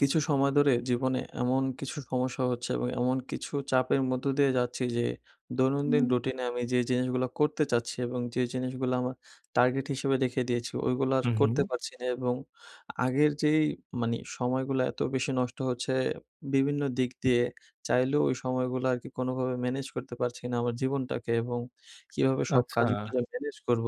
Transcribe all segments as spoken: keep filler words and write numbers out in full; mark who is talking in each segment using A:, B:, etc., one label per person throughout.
A: কিছু সময় ধরে জীবনে এমন কিছু সমস্যা হচ্ছে এবং এমন কিছু চাপের মধ্য দিয়ে যাচ্ছি যে দৈনন্দিন
B: হুম।
A: রুটিনে আমি যে জিনিসগুলো করতে চাচ্ছি এবং যে জিনিসগুলো আমার টার্গেট হিসেবে রেখে দিয়েছি, ওইগুলো আর
B: হুম,
A: করতে
B: হুম।
A: পারছি না। এবং আগের যেই মানে সময়গুলো এত বেশি নষ্ট হচ্ছে বিভিন্ন দিক দিয়ে, চাইলেও ওই সময়গুলো আর কি কোনোভাবে ম্যানেজ করতে পারছি না আমার জীবনটাকে। এবং কিভাবে সব
B: আচ্ছা।
A: কাজগুলো ম্যানেজ করব,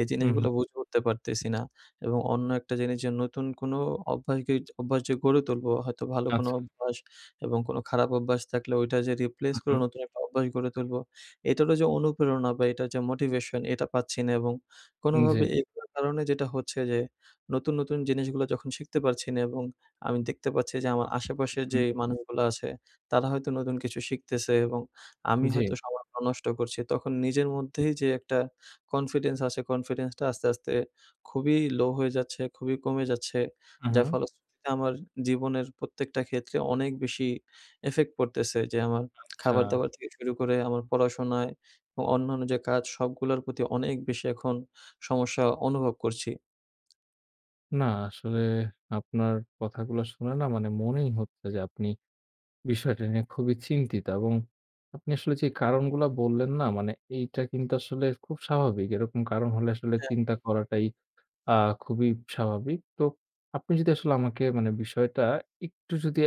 A: এই
B: হুম,
A: জিনিসগুলো
B: হুম।
A: বুঝে উঠতে পারতেছি না। এবং অন্য একটা জিনিস যে নতুন কোনো অভ্যাসকে অভ্যাস যে গড়ে তুলবো, হয়তো ভালো কোনো
B: আচ্ছা।
A: অভ্যাস, এবং কোনো খারাপ অভ্যাস থাকলে ওইটা যে রিপ্লেস
B: হুম,
A: করে
B: হুম।
A: নতুন একটা অভ্যাস গড়ে তুলবো, এটারও যে অনুপ্রেরণা বা এটার যে মোটিভেশন এটা পাচ্ছি না। এবং
B: জি।
A: কোনোভাবে এগুলোর কারণে যেটা হচ্ছে যে নতুন, নতুন জিনিসগুলো যখন শিখতে পারছি না, এবং আমি দেখতে পাচ্ছি যে আমার আশেপাশের
B: হুম,
A: যে মানুষগুলো আছে তারা হয়তো নতুন কিছু শিখতেছে এবং আমি
B: জি।
A: হয়তো সময়গুলো নষ্ট করছি। তখন নিজের মধ্যেই যে একটা কনফিডেন্স আসে, কনফিডেন্সটা আস্তে, আস্তে খুবই লো হয়ে যাচ্ছে, খুবই কমে যাচ্ছে।
B: হুম,
A: যার
B: হুম।
A: হুম। ফলশ্রুতিতে আমার জীবনের প্রত্যেকটা ক্ষেত্রে অনেক বেশি ইফেক্ট পড়তেছে যে আমার
B: আচ্ছা।
A: খাবার-দাবার থেকে শুরু করে আমার পড়াশোনায় এবং অন্যান্য যে কাজ সবগুলোর প্রতি অনেক বেশি এখন সমস্যা অনুভব করছি।
B: না আসলে আপনার কথাগুলো শুনে না মানে মনেই হচ্ছে যে আপনি বিষয়টা নিয়ে খুবই চিন্তিত এবং আপনি আসলে যে কারণগুলা বললেন না মানে এইটা কিন্তু আসলে খুব স্বাভাবিক। এরকম কারণ হলে আসলে
A: হ্যাঁ?
B: চিন্তা করাটাই আ খুবই স্বাভাবিক। তো আপনি যদি আসলে আমাকে মানে বিষয়টা একটু যদি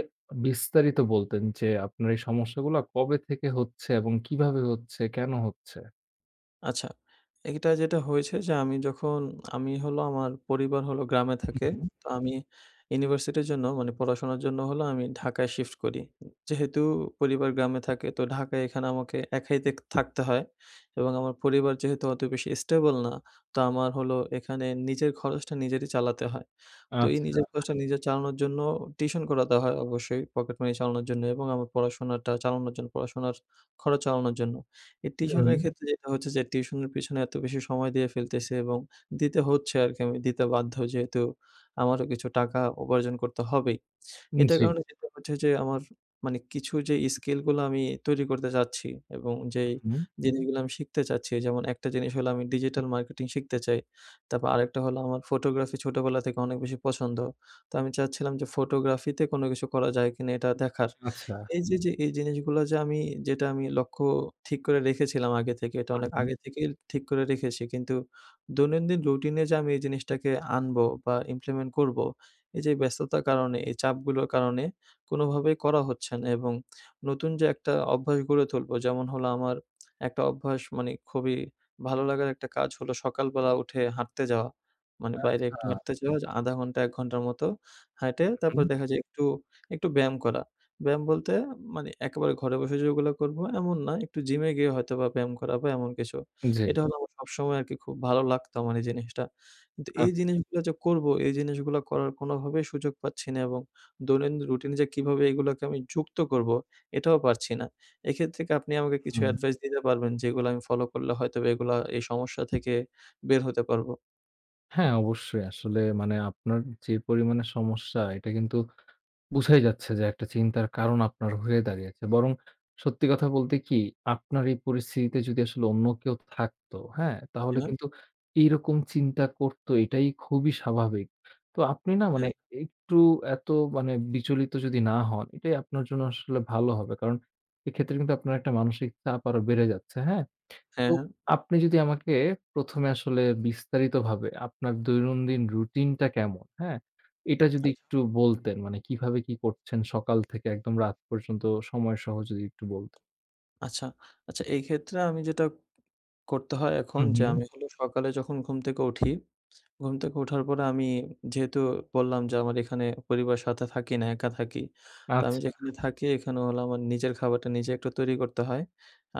B: বিস্তারিত বলতেন যে, আপনার এই সমস্যাগুলা কবে থেকে হচ্ছে এবং কিভাবে হচ্ছে, কেন হচ্ছে?
A: আচ্ছা, এটা যেটা হয়েছে যে আমি যখন আমি হলো আমার পরিবার হলো গ্রামে
B: হু,
A: থাকে।
B: হুম।
A: তো আমি ইউনিভার্সিটির জন্য মানে পড়াশোনার জন্য হলো আমি ঢাকায় শিফট করি। যেহেতু পরিবার গ্রামে থাকে, তো ঢাকায় এখানে আমাকে একাই তেক থাকতে হয় এবং আমার পরিবার যেহেতু অত বেশি স্টেবল না, তো আমার হলো এখানে নিজের খরচটা নিজেরই চালাতে হয়। তো এই
B: আচ্ছা।
A: নিজের খরচটা নিজে চালানোর জন্য টিউশন করাতে হয় অবশ্যই, পকেট মানি চালানোর জন্য এবং আমার পড়াশোনাটা চালানোর জন্য, পড়াশোনার খরচ চালানোর জন্য। এই
B: হুম,
A: টিউশনের ক্ষেত্রে যেটা হচ্ছে যে টিউশনের পিছনে এত বেশি সময় দিয়ে ফেলতেছি এবং দিতে হচ্ছে আরকি, আমি দিতে বাধ্য যেহেতু আমারও কিছু টাকা উপার্জন করতে হবেই। এটার
B: জি।
A: কারণে যেটা হচ্ছে যে আমার মানে কিছু যে স্কিল গুলো আমি তৈরি করতে চাচ্ছি এবং যেই
B: হুম,
A: জিনিসগুলো আমি শিখতে চাচ্ছি, যেমন একটা জিনিস হলো আমি ডিজিটাল মার্কেটিং শিখতে চাই। তারপর আরেকটা হলো আমার ফটোগ্রাফি ছোটবেলা থেকে অনেক বেশি পছন্দ। তো আমি চাচ্ছিলাম যে ফটোগ্রাফিতে কোনো কিছু করা যায় কিনা এটা দেখার।
B: আচ্ছা।
A: এই যে, যে এই জিনিসগুলো যে আমি যেটা আমি লক্ষ্য ঠিক করে রেখেছিলাম আগে থেকে, এটা
B: হু,
A: অনেক
B: হুম।
A: আগে থেকেই ঠিক করে রেখেছি। কিন্তু দৈনন্দিন রুটিনে যে আমি এই জিনিসটাকে আনবো বা ইমপ্লিমেন্ট করব, এই যে ব্যস্ততার কারণে, এই চাপগুলোর কারণে কোনোভাবেই করা হচ্ছে না। এবং নতুন যে একটা অভ্যাস গড়ে তুলবো, যেমন হলো আমার একটা অভ্যাস মানে খুবই ভালো লাগার একটা কাজ হলো সকালবেলা উঠে হাঁটতে যাওয়া। মানে বাইরে
B: আচ্ছা।
A: একটু হাঁটতে যাওয়া যে আধা ঘন্টা এক ঘন্টার মতো হাঁইটে, তারপর
B: হুম,
A: দেখা যায় একটু, একটু ব্যায়াম করা। ব্যায়াম বলতে মানে একেবারে ঘরে বসে যে ওগুলা করবো এমন না, একটু জিমে গিয়ে হয়তোবা ব্যায়াম করা বা এমন কিছু।
B: জি।
A: এটা হলো আমার সবসময় আরকি খুব ভালো লাগতো আমার এই জিনিসটা। কিন্তু এই
B: আচ্ছা।
A: জিনিসগুলা যে করবো, এই জিনিসগুলা করার কোনোভাবেই সুযোগ পাচ্ছি না। এবং দৈনন্দিন রুটিন যে কিভাবে এগুলাকে আমি যুক্ত করবো, এটাও পারছি না। এক্ষেত্রে কি আপনি আমাকে কিছু
B: হুম।
A: অ্যাডভাইস দিতে পারবেন? যেগুলো আমি ফলো করলে হয়তোবা এগুলা এই সমস্যা থেকে বের হতে পারবো।
B: হ্যাঁ, অবশ্যই। আসলে মানে আপনার যে পরিমাণে সমস্যা এটা কিন্তু বুঝাই যাচ্ছে যে একটা চিন্তার কারণ আপনার হয়ে দাঁড়িয়েছে। বরং সত্যি কথা বলতে কি, আপনার এই পরিস্থিতিতে যদি আসলে অন্য কেউ থাকতো, হ্যাঁ? তাহলে
A: হ্যাঁ,
B: কিন্তু এইরকম চিন্তা করতো এটাই খুবই স্বাভাবিক। তো আপনি না মানে
A: হ্যাঁ,
B: একটু এত মানে বিচলিত যদি না হন, এটাই আপনার জন্য আসলে ভালো হবে। কারণ এক্ষেত্রে কিন্তু আপনার একটা মানসিক চাপ আরো বেড়ে যাচ্ছে, হ্যাঁ?
A: হ্যাঁ,
B: তো
A: হ্যাঁ।
B: আপনি যদি আমাকে প্রথম এ আসলে বিস্তারিতভাবে আপনার দৈনন্দিন রুটিনটা কেমন, হ্যাঁ? এটা যদি
A: আচ্ছা,
B: একটু বলতেন মানে কিভাবে কি করছেন সকাল থেকে একদম রাত পর্যন্ত সময়সহ যদি একটু বলতেন।
A: আচ্ছা, আচ্ছা, এই ক্ষেত্রে আমি যেটা করতে হয় এখন
B: হু,
A: যে
B: হুম।
A: আমি হলো সকালে যখন ঘুম থেকে উঠি, ঘুম থেকে ওঠার পরে আমি, যেহেতু বললাম যে আমার এখানে পরিবারের সাথে থাকি না, একা থাকি। তো আমি
B: আচ্ছা।
A: যেখানে থাকি এখানে হলো আমার নিজের খাবারটা নিজে একটু তৈরি করতে হয়।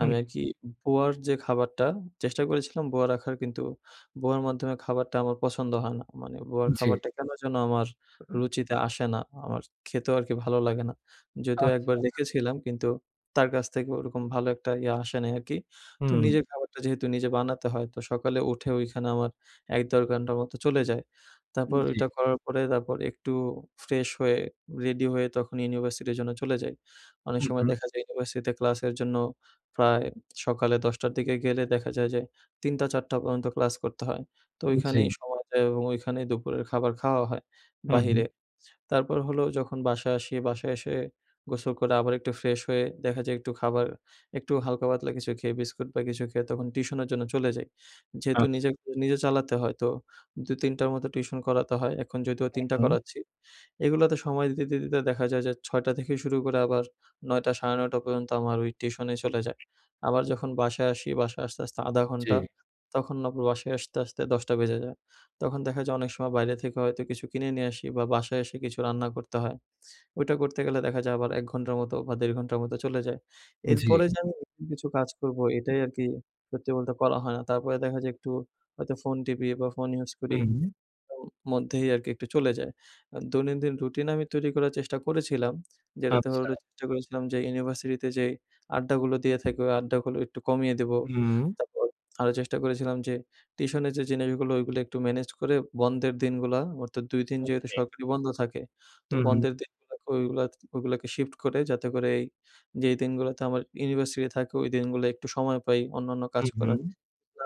B: হুম,
A: আরকি বুয়ার যে খাবারটা চেষ্টা করেছিলাম বুয়া রাখার, কিন্তু বুয়ার মাধ্যমে খাবারটা আমার পছন্দ হয় না। মানে বুয়ার
B: জি।
A: খাবারটা কেন যেন আমার রুচিতে আসে না। আমার খেতেও আরকি ভালো লাগে না। যদিও
B: আচ্ছা।
A: একবার রেখেছিলাম, কিন্তু তার কাছ থেকে ওরকম ভালো একটা ইয়ে আসে নাই আরকি। তো
B: হুম,
A: নিজের খাবারটা যেহেতু নিজে বানাতে হয়, তো সকালে উঠে ওইখানে আমার এক থেকে দেড় ঘন্টার মতো চলে যায়। তারপর
B: জি।
A: এটা করার পরে তারপর একটু ফ্রেশ হয়ে, রেডি হয়ে তখন ইউনিভার্সিটির জন্য চলে যাই। অনেক
B: হু,
A: সময়
B: হুম।
A: দেখা যায় ইউনিভার্সিটিতে ক্লাসের জন্য প্রায় সকালে দশটা র দিকে গেলে দেখা যায় যে তিনটা থেকে চারটা পর্যন্ত ক্লাস করতে হয়। তো
B: জি।
A: ওইখানেই সময় যায় এবং ওইখানেই দুপুরের খাবার খাওয়া হয়
B: হু, হুম।
A: বাহিরে। তারপর হলো যখন বাসায় আসি, বাসায় এসে গোসল করে আবার একটু ফ্রেশ হয়ে দেখা যায় একটু খাবার, একটু হালকা-পাতলা কিছু খেয়ে, বিস্কুট বা কিছু খেয়ে তখন টিউশনের জন্য চলে যাই। যেহেতু
B: আচ্ছা।
A: নিজে, নিজে চালাতে হয় তো দুই তিন টার মতো টিউশন করাতে হয়। এখন যদিও তিন টা হুম।
B: হুম,
A: করাচ্ছি। এগুলাতে সময় দিতে, দিতে দেখা যায় যে ছয়টা থেকে শুরু করে আবার নয়টা সাড়ে নয়টা পর্যন্ত আমার ওই টিউশনে চলে যায়। আবার যখন বাসায় আসি, বাসায় আসতে, আসতে আধা
B: জি,
A: ঘন্টা, তখন আবার বাসায় আসতে, আসতে দশটা বেজে যায়। তখন দেখা যায় অনেক সময় বাইরে থেকে হয়তো কিছু কিনে নিয়ে আসি বা বাসায় এসে কিছু রান্না করতে হয়। ওইটা করতে গেলে দেখা যায় আবার এক ঘন্টার মতো বা দেড় ঘন্টার মতো চলে যায়।
B: জি।
A: এরপরে যে আমি নতুন কিছু কাজ করব এটাই আরকি সত্যি বলতে করা হয় না। তারপরে দেখা যায় একটু হয়তো ফোন টিপি বা ফোন ইউজ
B: হু,
A: করি।
B: হুম।
A: মধ্যেই আরকি একটু চলে যায়। আ দৈনন্দিন রুটিন আমি তৈরি করার চেষ্টা করেছিলাম। যেটাতে
B: আচ্ছা।
A: হলো চেষ্টা করেছিলাম যে ইউনিভার্সিটিতে যেই আড্ডাগুলো দিয়ে থাকে ওই আড্ডাগুলো একটু কমিয়ে দেবো।
B: হুম।
A: তারপর আরো চেষ্টা করেছিলাম যে টিউশনের যে জিনিসগুলো ওইগুলো একটু ম্যানেজ করে বন্ধের দিনগুলা, অর্থাৎ দুই দিন যেহেতু
B: ওকে।
A: সরকারি বন্ধ থাকে। তো
B: হু, হুম।
A: বন্ধের দিনগুলোকে ওইগুলা ওইগুলাকে শিফট করে, যাতে করে এই যেই দিনগুলোতে আমার ইউনিভার্সিটি থাকে ওই দিনগুলো একটু সময় পাই অন্যান্য কাজ
B: হু, হুম।
A: করার।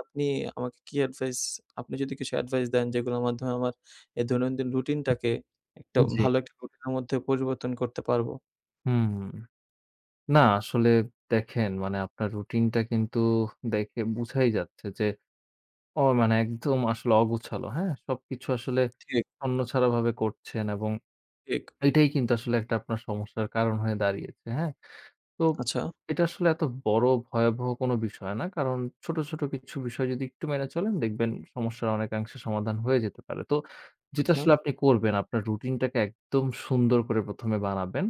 A: আপনি আমাকে কি এডভাইস আপনি যদি কিছু এডভাইস দেন যেগুলোর মাধ্যমে আমার এই দৈনন্দিন রুটিনটাকে একটা
B: জি।
A: ভালো একটা রুটিনের মধ্যে পরিবর্তন করতে পারবো।
B: হুম। না আসলে দেখেন মানে আপনার রুটিনটা কিন্তু দেখে বুঝাই যাচ্ছে যে ও মানে একদম আসলে অগোছালো। হ্যাঁ? সবকিছু আসলে
A: ঠিক,
B: ছন্নছাড়া ভাবে করছেন এবং
A: ঠিক।
B: এটাই কিন্তু আসলে একটা আপনার সমস্যার কারণ হয়ে দাঁড়িয়েছে। হ্যাঁ? তো
A: আচ্ছা,
B: এটা আসলে এত বড় ভয়াবহ কোনো বিষয় না। কারণ ছোট, ছোট কিছু বিষয় যদি একটু মেনে চলেন দেখবেন সমস্যার অনেকাংশে সমাধান হয়ে যেতে পারে। তো যেটা
A: আচ্ছা।
B: আসলে আপনি করবেন আপনার রুটিনটাকে একদম সুন্দর করে প্রথম এ বানাবেন।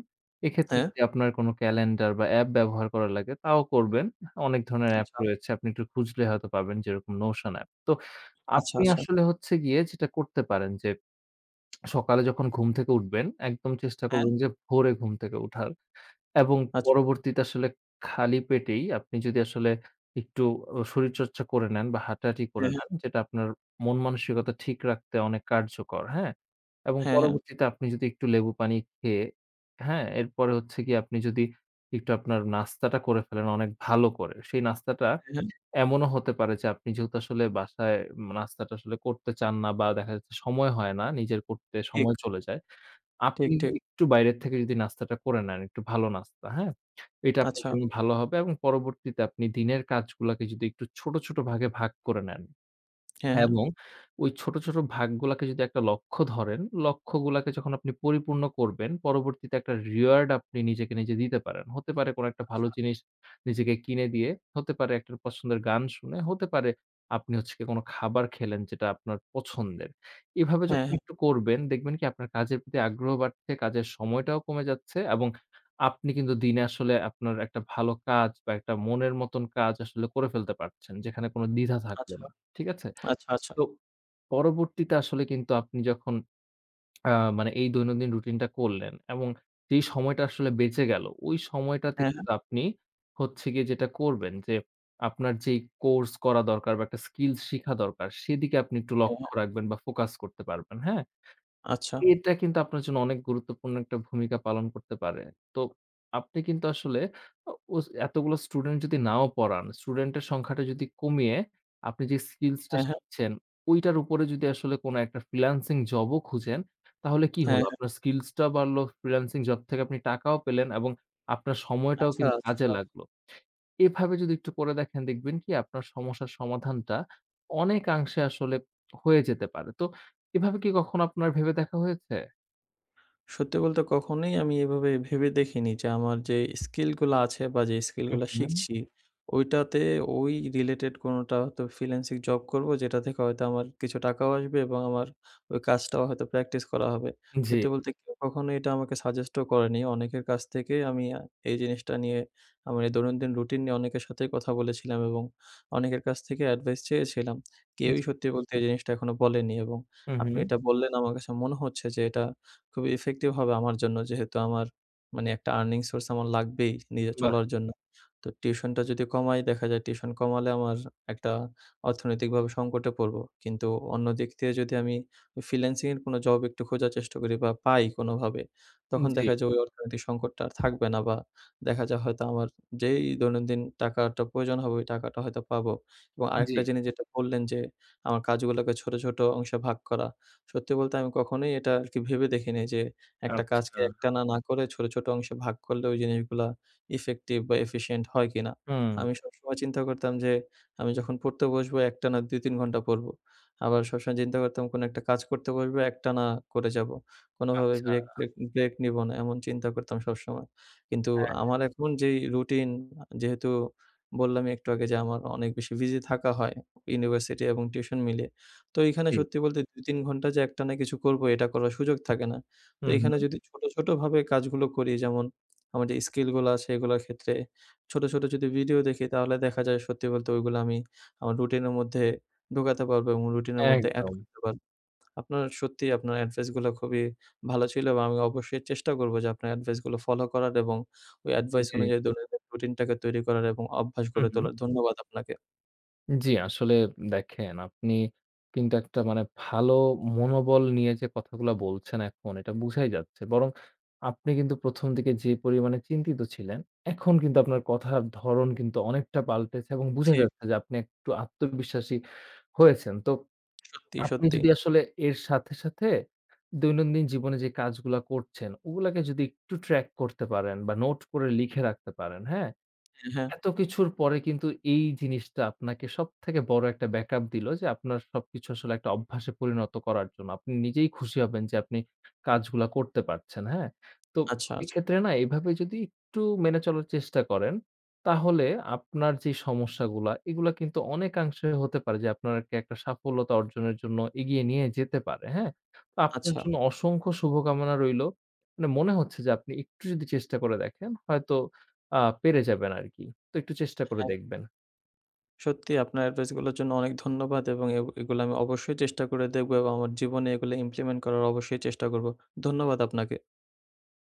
B: এক্ষেত্রে
A: হ্যাঁ,
B: জি। যদি আপনার কোনো ক্যালেন্ডার বা অ্যাপ ব্যবহার করা লাগে তাও করবেন। অনেক ধরনের হুম। অ্যাপ
A: আচ্ছা,
B: রয়েছে। আপনি একটু খুঁজলে হয়তো পাবেন যেরকম Notion অ্যাপ। তো
A: আচ্ছা,
B: আপনি জি।
A: আচ্ছা।
B: আসলে হচ্ছে গিয়ে যেটা করতে পারেন যে সকালে যখন ঘুম থেকে উঠবেন একদম চেষ্টা
A: হ্যাঁ,
B: করবেন যে ভোরে ঘুম থেকে উঠার। এবং
A: আচ্ছা।
B: পরবর্তীতে আসলে খালি পেটেই আপনি যদি আসলে একটু অ শরীরচর্চা করে নেন বা হাঁটাহাঁটি করে
A: হ্যাঁ, হ্যাঁ,
B: নেন, যেটা আপনার মন মানসিকতা ঠিক রাখতে অনেক কার্যকর, হ্যাঁ? এবং
A: হ্যাঁ, হ্যাঁ,
B: পরবর্তীতে আপনি যদি একটু লেবু পানি খেয়ে, হ্যাঁ? এরপরে হচ্ছে গিয়ে আপনি যদি একটু আপনার নাস্তাটা করে ফেলেন অনেক ভালো করে। সেই নাস্তাটা
A: হ্যাঁ,
B: এমনও হতে পারে যে আপনি যেহেতু আসলে বাসায় উম নাস্তাটা আসলে করতে চান না বা দেখা যাচ্ছে সময় হয় না, নিজের করতে
A: ঠিক,
B: সময় চলে যায়।
A: ঠিক,
B: আপনি
A: ঠিক।
B: একটু বাইরের থেকে যদি নাস্তাটা করে নেন, একটু ভালো নাস্তা, হ্যাঁ? এটা আপনার
A: আচ্ছা।
B: জন্য ভালো হবে এবং পরবর্তীতে আপনি দিনের কাজগুলাকে যদি একটু ছোট, ছোট ভাগে ভাগ করে নেন।
A: হ্যাঁ,
B: হ্যাঁ,
A: হ্যাঁ,
B: এবং ওই ছোট, ছোট ভাগগুলাকে যদি একটা লক্ষ্য ধরেন, লক্ষ্যগুলাকে যখন আপনি পরিপূর্ণ করবেন, পরবর্তীতে একটা রিওয়ার্ড আপনি নিজেকে নিজে দিতে পারেন। হতে পারে কোনো একটা ভালো
A: আচ্ছা।
B: জিনিস নিজেকে কিনে দিয়ে, হতে পারে একটা পছন্দের গান শুনে, হতে পারে আপনি হচ্ছে গিয়ে কোনো খাবার খেলেন যেটা আপনার পছন্দের। এভাবে
A: হ্যাঁ,
B: যখন
A: হ্যাঁ,
B: একটু করবেন, দেখবেন কি আপনার কাজের প্রতি আগ্রহ বাড়ছে, কাজের সময়টাও কমে যাচ্ছে এবং আপনি কিন্তু দিনে আসলে আপনার একটা ভালো কাজ বা একটা মনের মতন কাজ আসলে করে ফেলতে পারছেন, যেখানে কোনো দ্বিধা থাকলো
A: আচ্ছা,
B: না। ঠিক আছে?
A: আচ্ছা, আচ্ছা।
B: তো পরবর্তীতে আসলে কিন্তু আপনি যখন আ মানে এই দৈনন্দিন রুটিনটা করলেন এবং যেই সময়টা আসলে বেঁচে গেল, ওই সময়টাতে
A: হ্যাঁ, হ্যাঁ,
B: কিন্তু আপনি হচ্ছে গিয়ে যেটা করবেন যে, আপনার যেই কোর্স করা দরকার বা একটা স্কিল শিখা দরকার, সেদিকে আপনি একটু
A: হ্যাঁ,
B: লক্ষ্য
A: হ্যাঁ,
B: রাখবেন বা ফোকাস করতে পারবেন। হ্যাঁ?
A: আচ্ছা।
B: এটা কিন্তু আপনার জন্য অনেক গুরুত্বপূর্ণ একটা ভূমিকা পালন করতে পারে। তো আপনি কিন্তু আসলে অ ওস এতগুলো স্টুডেন্ট যদি নাও পড়ান, স্টুডেন্টের সংখ্যাটা যদি কমিয়ে আপনি যে স্কিলস টা
A: হ্যাঁ, হ্যাঁ,
B: শিখছেন, ঐটার উপরে যদি আসলে কোন একটা ফ্রিল্যান্সিং জব ও খুঁজেন, তাহলে কি
A: হ্যাঁ,
B: হলো?
A: হ্যাঁ,
B: আপনার স্কিলস টা বাড়লো, ফ্রিল্যান্সিং জব থেকে আপনি টাকাও পেলেন এবং আপনার সময়টাও
A: আচ্ছা,
B: কিন্তু
A: আচ্ছা।
B: কাজে লাগলো। এভাবে যদি একটু করে দেখেন দেখবেন কি আপনার সমস্যার সমাধানটা অনেকাংশে আসলে হয়ে যেতে পারে। তো এভাবে কি কখনো আপনার ভেবে দেখা হয়েছে?
A: সত্যি বলতে কখনোই আমি এভাবে ভেবে দেখিনি যে আমার যে স্কিলগুলো আছে বা যে
B: হুম,
A: স্কিলগুলো
B: হুম।
A: শিখছি, ওইটাতে ওই রিলেটেড কোনোটা হয়তো ফ্রিল্যান্সিং জব করব যেটা থেকে হয়তো আমার কিছু টাকাও আসবে এবং আমার ওই কাজটাও হয়তো প্র্যাকটিস করা হবে।
B: জি,
A: সত্যি বলতে কেউ কখনো এটা আমাকে সাজেস্টও করেনি। অনেকের কাছ থেকে আমি আ এই জিনিসটা নিয়ে আমার এই দৈনন্দিন রুটিন নিয়ে অনেকের সাথেই কথা বলেছিলাম এবং অনেকের কাছ থেকে অ্যাডভাইস চেয়েছিলাম। কেউই
B: জি।
A: সত্যি বলতে এই জিনিসটা এখনো বলেনি। এবং
B: হুম,
A: আপনি
B: হুম।
A: এটা বললেন, আমার কাছে মনে হচ্ছে যে এটা খুবই ইফেক্টিভ হবে আমার জন্য। যেহেতু আমার মানে একটা আর্নিং সোর্স আমার লাগবেই নিজে
B: বাহ!
A: চলার জন্য। তো টিউশনটা যদি কমাই, দেখা যায় টিউশন কমালে আমার একটা অর্থনৈতিকভাবে সংকটে পড়বো। কিন্তু অন্য দিক দিয়ে যদি আমি ফ্রিল্যান্সিং এর কোনো জব একটু খোঁজার চেষ্টা করি বা পাই কোনোভাবে, তখন
B: জি,
A: দেখা যায় ওই অর্থনৈতিক সংকটটা আর থাকবে না, বা দেখা যায় হয়তো আমার যেই দৈনন্দিন টাকাটা প্রয়োজন হবে ওই টাকাটা হয়তো পাবো। এবং
B: জি।
A: আরেকটা জিনিস যেটা বললেন যে আমার কাজগুলোকে ছোট, ছোট অংশে ভাগ করা। সত্যি বলতে আমি কখনোই এটা আরকি ভেবে দেখিনি যে একটা কাজকে
B: আচ্ছা।
A: একটানা না করে ছোট, ছোট অংশে ভাগ করলে ওই জিনিসগুলা ইফেক্টিভ বা এফিশিয়েন্ট হয় কিনা।
B: হুম,
A: আমি সবসময় চিন্তা করতাম যে আমি যখন পড়তে বসবো একটানা দুই তিন ঘন্টা পড়বো। আবার সবসময় চিন্তা করতাম কোনো একটা কাজ করতে বসবো একটানা করে যাবো। কোনোভাবে
B: আচ্ছা।
A: ব্রেক ট্রেক ব্রেক নিবো না, এমন চিন্তা করতাম সবসময়। কিন্তু
B: হ্যাঁ,
A: আমার এখন যেই রুটিন, যেহেতু বললামই একটু আগে যে আমার অনেক বেশি বিজি থাকা হয় ইউনিভার্সিটি এবং টিউশন মিলিয়ে। তো এইখানে
B: জি।
A: সত্যি বলতে দুই তিন ঘন্টা যে একটানা কিছু করব, এটা করার সুযোগ থাকে না। তো
B: হুম,
A: এখানে
B: হুম।
A: যদি ছোট, ছোট ভাবে কাজগুলো করি, যেমন আমার যে স্কিল গুলা আছে এগুলার ক্ষেত্রে ছোট, ছোট যদি ভিডিও দেখি, তাহলে দেখা যায় সত্যি বলতে ওইগুলো আমি আমার রুটিনের মধ্যে ঢোকাতে পারবো এবং রুটিনের মধ্যে এড
B: একদম।
A: করতে পারবো। আপনার সত্যি আপনার এডভাইস গুলো খুবই ভালো ছিল এবং আমি অবশ্যই চেষ্টা করব যে আপনার এডভাইস গুলো ফলো করার এবং ওই এডভাইস
B: জি।
A: অনুযায়ী দৈনন্দিন রুটিনটাকে তৈরি করার এবং অভ্যাস গড়ে
B: হুম, হুম।
A: তোলার। ধন্যবাদ আপনাকে।
B: জি, আসলে দেখেন আপনি কিন্তু একটা মানে ভালো মনোবল নিয়ে যে কথাগুলা বলছেন এখন এটা বুঝাই যাচ্ছে। বরং আপনি কিন্তু প্রথম দিকে যে পরিমাণে চিন্তিত ছিলেন, এখন কিন্তু আপনার কথার ধরণ কিন্তু অনেকটা পাল্টেছে এবং বুঝা
A: ঠিক,
B: যাচ্ছে যে আপনি একটু আত্মবিশ্বাসী হয়েছেন। তো
A: সত্যি,
B: আপনি
A: সত্যি।
B: যদি আসলে এর সাথে, সাথে দৈনন্দিন জীবনে যে কাজগুলা করছেন, ওগুলাকে যদি একটু ট্র্যাক করতে পারেন বা নোট করে লিখে রাখতে পারেন, হ্যাঁ?
A: হ্যাঁ, হ্যাঁ।
B: এত কিছুর পরে কিন্তু এই জিনিসটা আপনাকে সবথেকে বড় একটা ব্যাকআপ দিলো যে আপনার সবকিছু আসলে একটা অভ্যাসে পরিণত করার জন্য। আপনি নিজেই খুশি হবেন যে আপনি কাজগুলা করতে পারছেন, হ্যাঁ? তো
A: আচ্ছা, আচ্ছা,
B: এক্ষেত্রে না এভাবে যদি একটু মেনে চলার চেষ্টা করেন, তাহলে আপনার যে সমস্যাগুলা এগুলা কিন্তু অনেকাংশে হতে পারে যে আপনাকে একটা সাফল্যতা অর্জনের জন্য এগিয়ে নিয়ে যেতে পারে, হ্যাঁ? তো আপনার
A: আচ্ছা।
B: জন্য অসংখ্য শুভকামনা রইলো। মানে মনে হচ্ছে যে আপনি একটু যদি চেষ্টা করে দেখেন হয়তো আ পেরে যাবেন আরকি। তো একটু চেষ্টা করে দেখবেন।
A: সত্যি আপনার অ্যাডভাইস গুলোর জন্য অনেক ধন্যবাদ, এবং এ এগুলো আমি অবশ্যই চেষ্টা করে দেখবো এবং আমার জীবনে এগুলো ইমপ্লিমেন্ট করার অবশ্যই চেষ্টা করব। ধন্যবাদ আপনাকে।